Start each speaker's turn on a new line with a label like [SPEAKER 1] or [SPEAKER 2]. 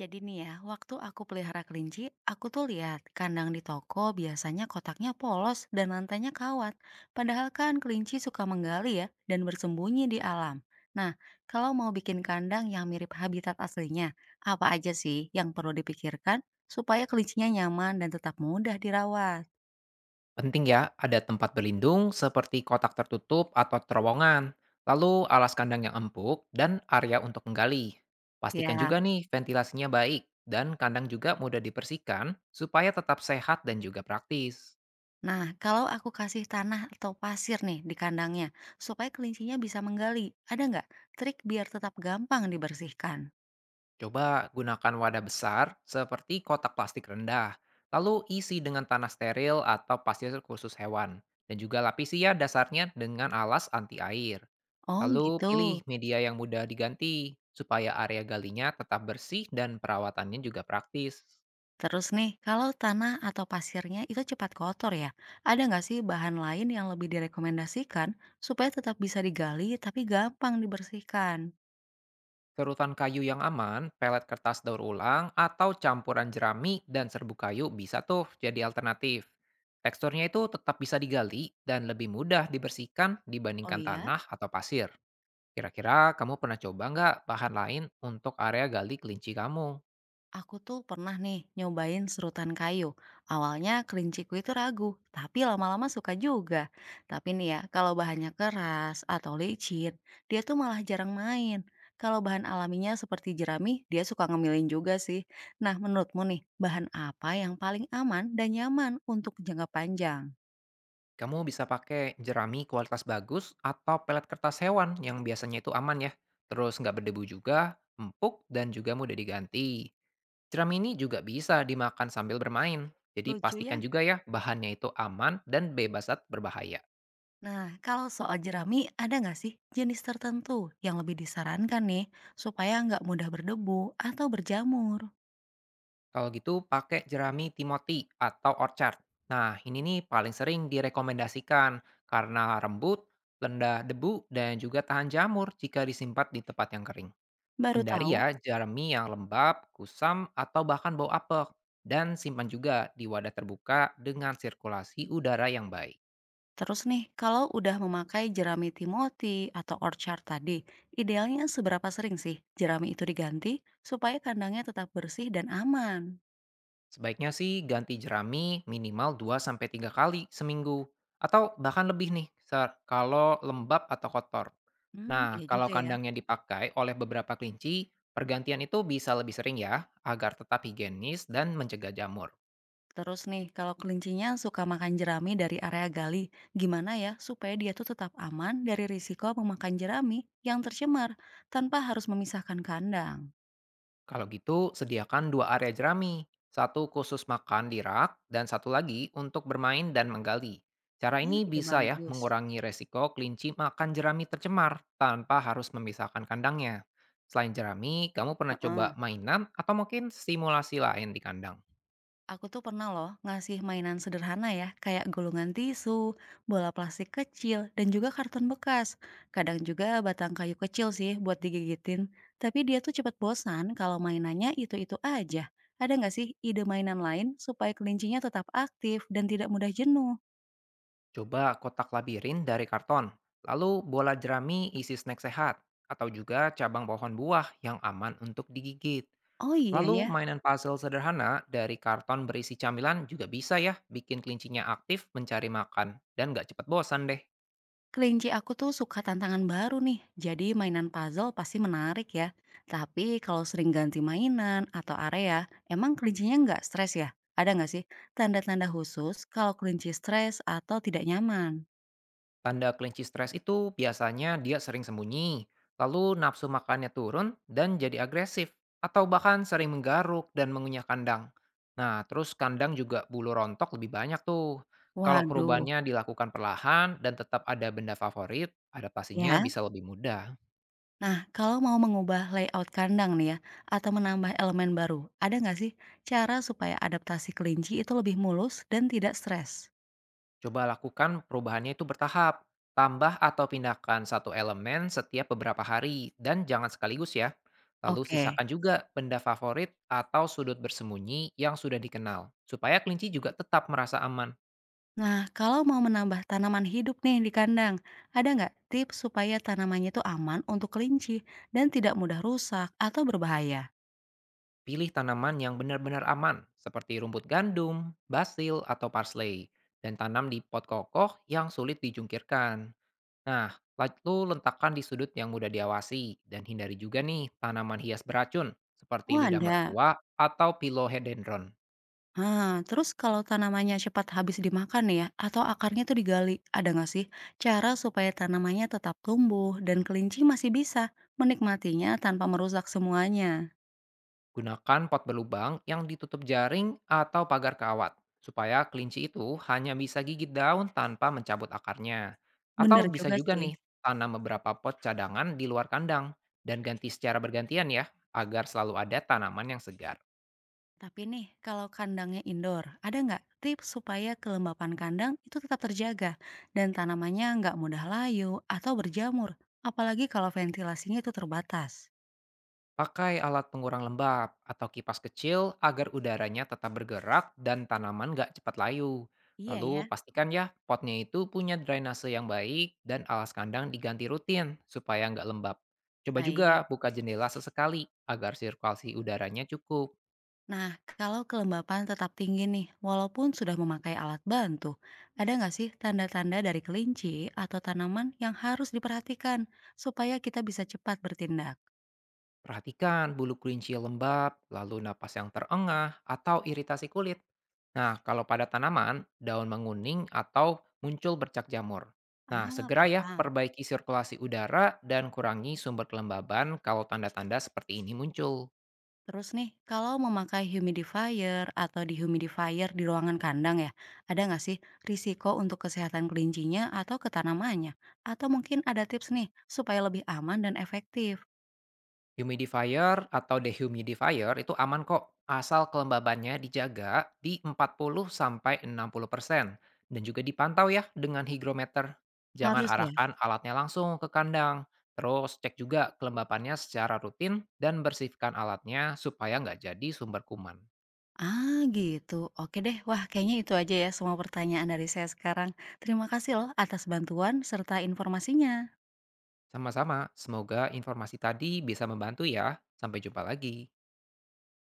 [SPEAKER 1] Jadi nih ya, waktu aku pelihara kelinci, aku tuh lihat kandang di toko biasanya kotaknya polos dan lantainya kawat. Padahal kan kelinci suka menggali ya dan bersembunyi di alam. Nah, kalau mau bikin kandang yang mirip habitat aslinya, apa aja sih yang perlu dipikirkan supaya kelincinya nyaman dan tetap mudah dirawat?
[SPEAKER 2] Penting ya, ada tempat berlindung seperti kotak tertutup atau terowongan, lalu alas kandang yang empuk dan area untuk menggali. Pastikan
[SPEAKER 1] Siap.
[SPEAKER 2] juga nih ventilasinya baik dan kandang juga mudah dibersihkan supaya tetap sehat dan juga praktis.
[SPEAKER 1] Nah, kalau aku kasih tanah atau pasir nih di kandangnya, supaya kelincinya bisa menggali, ada nggak trik biar tetap gampang dibersihkan?
[SPEAKER 2] Coba gunakan wadah besar seperti kotak plastik rendah, lalu isi dengan tanah steril atau pasir khusus hewan, dan juga lapisi ya dasarnya dengan alas anti air.
[SPEAKER 1] Oh
[SPEAKER 2] Lalu
[SPEAKER 1] gitu.
[SPEAKER 2] pilih media yang mudah diganti, supaya area galinya tetap bersih dan perawatannya juga praktis.
[SPEAKER 1] Terus nih, kalau tanah atau pasirnya itu cepat kotor ya, ada nggak sih bahan lain yang lebih direkomendasikan supaya tetap bisa digali tapi gampang dibersihkan?
[SPEAKER 2] Serutan kayu yang aman, pelet kertas daur ulang, atau campuran jerami dan serbuk kayu bisa tuh jadi alternatif. Teksturnya itu tetap bisa digali dan lebih mudah dibersihkan
[SPEAKER 1] Oh
[SPEAKER 2] dibandingkan
[SPEAKER 1] iya?
[SPEAKER 2] tanah atau pasir. Kira-kira kamu pernah coba nggak bahan lain untuk area gali kelinci kamu?
[SPEAKER 1] Aku tuh pernah nih nyobain serutan kayu. Awalnya kelinciku itu ragu, tapi lama-lama suka juga. Tapi nih ya, kalau bahannya keras atau licin, dia tuh malah jarang main. Kalau bahan alaminya seperti jerami, dia suka ngemilin juga sih. Nah, menurutmu nih, bahan apa yang paling aman dan nyaman untuk jangka panjang?
[SPEAKER 2] Kamu bisa pakai jerami kualitas bagus atau pelet kertas hewan yang biasanya itu aman ya. Terus nggak berdebu juga, empuk, dan juga mudah diganti. Jerami ini juga bisa dimakan sambil bermain. Jadi
[SPEAKER 1] Lucu
[SPEAKER 2] pastikan
[SPEAKER 1] ya?
[SPEAKER 2] juga ya bahannya itu aman dan bebas zat berbahaya.
[SPEAKER 1] Nah, kalau soal jerami, ada nggak sih jenis tertentu yang lebih disarankan nih supaya nggak mudah berdebu atau berjamur?
[SPEAKER 2] Kalau gitu pakai jerami Timothy atau Orchard. Nah ini nih paling sering direkomendasikan karena lembut, rendah debu, dan juga tahan jamur jika disimpan di tempat yang kering.
[SPEAKER 1] Baru
[SPEAKER 2] Hindari
[SPEAKER 1] tahu.
[SPEAKER 2] ya jerami yang lembab, kusam, atau bahkan bau apek. Dan simpan juga di wadah terbuka dengan sirkulasi udara yang baik.
[SPEAKER 1] Terus nih, kalau udah memakai jerami Timoti atau orchard tadi, idealnya seberapa sering sih jerami itu diganti supaya kandangnya tetap bersih dan aman?
[SPEAKER 2] Sebaiknya sih ganti jerami minimal 2 sampai 3 kali seminggu. Atau bahkan lebih nih kalau lembab atau kotor. Nah,
[SPEAKER 1] Iya
[SPEAKER 2] kalau
[SPEAKER 1] juga ya.
[SPEAKER 2] kandangnya dipakai oleh beberapa kelinci, pergantian itu bisa lebih sering ya, agar tetap higienis dan mencegah jamur.
[SPEAKER 1] Terus nih, kalau kelincinya suka makan jerami dari area gali, gimana ya supaya dia tuh tetap aman dari risiko memakan jerami yang tercemar tanpa harus memisahkan kandang?
[SPEAKER 2] Kalau gitu, sediakan dua area jerami. Satu khusus makan di rak, dan satu lagi untuk bermain dan menggali. Cara ini
[SPEAKER 1] Ide
[SPEAKER 2] bisa ya
[SPEAKER 1] bagus.
[SPEAKER 2] mengurangi resiko kelinci makan jerami tercemar tanpa harus memisahkan kandangnya. Selain jerami, kamu pernah coba
[SPEAKER 1] Heeh.
[SPEAKER 2] mainan atau mungkin simulasi lain di kandang?
[SPEAKER 1] Aku tuh pernah loh ngasih mainan sederhana ya, kayak gulungan tisu, bola plastik kecil, dan juga karton bekas. Kadang juga batang kayu kecil sih buat digigitin. Tapi dia tuh cepet bosan kalau mainannya itu-itu aja. Ada nggak sih ide mainan lain supaya kelincinya tetap aktif dan tidak mudah jenuh?
[SPEAKER 2] Coba kotak labirin dari karton, lalu bola jerami isi snack sehat, atau juga cabang pohon buah yang aman untuk digigit.
[SPEAKER 1] Oh iya
[SPEAKER 2] Lalu
[SPEAKER 1] ya.
[SPEAKER 2] mainan puzzle sederhana dari karton berisi camilan juga bisa ya bikin kelincinya aktif mencari makan dan nggak cepat bosan deh.
[SPEAKER 1] Kelinci aku tuh suka tantangan baru nih, jadi mainan puzzle pasti menarik ya. Tapi kalau sering ganti mainan atau area, emang kelincinya nggak stres ya? Ada nggak sih tanda-tanda khusus kalau kelinci stres atau tidak nyaman?
[SPEAKER 2] Tanda kelinci stres itu biasanya dia sering sembunyi, lalu nafsu makannya turun dan jadi agresif, atau bahkan sering menggaruk dan mengunyah kandang. Nah, terus kandang juga bulu rontok lebih banyak tuh. Kalau
[SPEAKER 1] Waduh,
[SPEAKER 2] perubahannya dilakukan perlahan dan tetap ada benda favorit, adaptasinya
[SPEAKER 1] ya.
[SPEAKER 2] bisa lebih mudah.
[SPEAKER 1] Nah, kalau mau mengubah layout kandang nih ya, atau menambah elemen baru, ada nggak sih cara supaya adaptasi kelinci itu lebih mulus dan tidak stres?
[SPEAKER 2] Coba lakukan perubahannya itu bertahap. Tambah atau pindahkan satu elemen setiap beberapa hari dan jangan sekaligus ya. Lalu
[SPEAKER 1] Oke.
[SPEAKER 2] sisakan juga benda favorit atau sudut bersembunyi yang sudah dikenal. Supaya kelinci juga tetap merasa aman.
[SPEAKER 1] Nah, kalau mau menambah tanaman hidup nih di kandang, ada nggak tips supaya tanamannya itu aman untuk kelinci dan tidak mudah rusak atau berbahaya?
[SPEAKER 2] Pilih tanaman yang benar-benar aman seperti rumput gandum, basil, atau parsley. Dan tanam di pot kokoh yang sulit dijungkirkan. Nah, lalu letakkan di sudut yang mudah diawasi dan hindari juga nih tanaman hias beracun seperti
[SPEAKER 1] Oh
[SPEAKER 2] lidah
[SPEAKER 1] ada.
[SPEAKER 2] mertua atau pilohedendron.
[SPEAKER 1] Nah, terus kalau tanamannya cepat habis dimakan nih ya, atau akarnya tuh digali, ada nggak sih cara supaya tanamannya tetap tumbuh dan kelinci masih bisa menikmatinya tanpa merusak semuanya?
[SPEAKER 2] Gunakan pot berlubang yang ditutup jaring atau pagar kawat supaya kelinci itu hanya bisa gigit daun tanpa mencabut akarnya. Atau
[SPEAKER 1] Bener
[SPEAKER 2] bisa
[SPEAKER 1] juga
[SPEAKER 2] juga
[SPEAKER 1] sih.
[SPEAKER 2] nih tanam beberapa pot cadangan di luar kandang dan ganti secara bergantian ya agar selalu ada tanaman yang segar.
[SPEAKER 1] Tapi nih, kalau kandangnya indoor, ada nggak tips supaya kelembapan kandang itu tetap terjaga dan tanamannya nggak mudah layu atau berjamur, apalagi kalau ventilasinya itu terbatas?
[SPEAKER 2] Pakai alat pengurang lembab atau kipas kecil agar udaranya tetap bergerak dan tanaman nggak cepat layu.
[SPEAKER 1] Iya
[SPEAKER 2] Lalu
[SPEAKER 1] ya,
[SPEAKER 2] pastikan ya potnya itu punya drainase yang baik dan alas kandang diganti rutin supaya nggak lembab. Coba juga
[SPEAKER 1] baik.
[SPEAKER 2] buka jendela sesekali agar sirkulasi udaranya cukup.
[SPEAKER 1] Nah, kalau kelembapan tetap tinggi nih, walaupun sudah memakai alat bantu, ada nggak sih tanda-tanda dari kelinci atau tanaman yang harus diperhatikan supaya kita bisa cepat bertindak?
[SPEAKER 2] Perhatikan bulu kelinci lembab, lalu napas yang terengah atau iritasi kulit. Nah, kalau pada tanaman, daun menguning atau muncul bercak jamur. Nah,
[SPEAKER 1] Ah,
[SPEAKER 2] segera ya
[SPEAKER 1] paham.
[SPEAKER 2] perbaiki sirkulasi udara dan kurangi sumber kelembaban kalau tanda-tanda seperti ini muncul.
[SPEAKER 1] Terus nih, kalau memakai humidifier atau dehumidifier di ruangan kandang ya, ada nggak sih risiko untuk kesehatan kelincinya atau ketanamannya? Atau mungkin ada tips nih supaya lebih aman dan efektif?
[SPEAKER 2] Humidifier atau dehumidifier itu aman kok, asal kelembabannya dijaga di 40 sampai 60% dan juga dipantau ya dengan hygrometer. Jangan
[SPEAKER 1] Harus ya?
[SPEAKER 2] arahkan alatnya langsung ke kandang. Terus cek juga kelembapannya secara rutin dan bersihkan alatnya supaya nggak jadi sumber kuman.
[SPEAKER 1] Ah gitu, oke deh. Wah kayaknya itu aja ya semua pertanyaan dari saya sekarang. Terima kasih loh atas bantuan serta informasinya.
[SPEAKER 2] Sama-sama, semoga informasi tadi bisa membantu ya. Sampai jumpa lagi.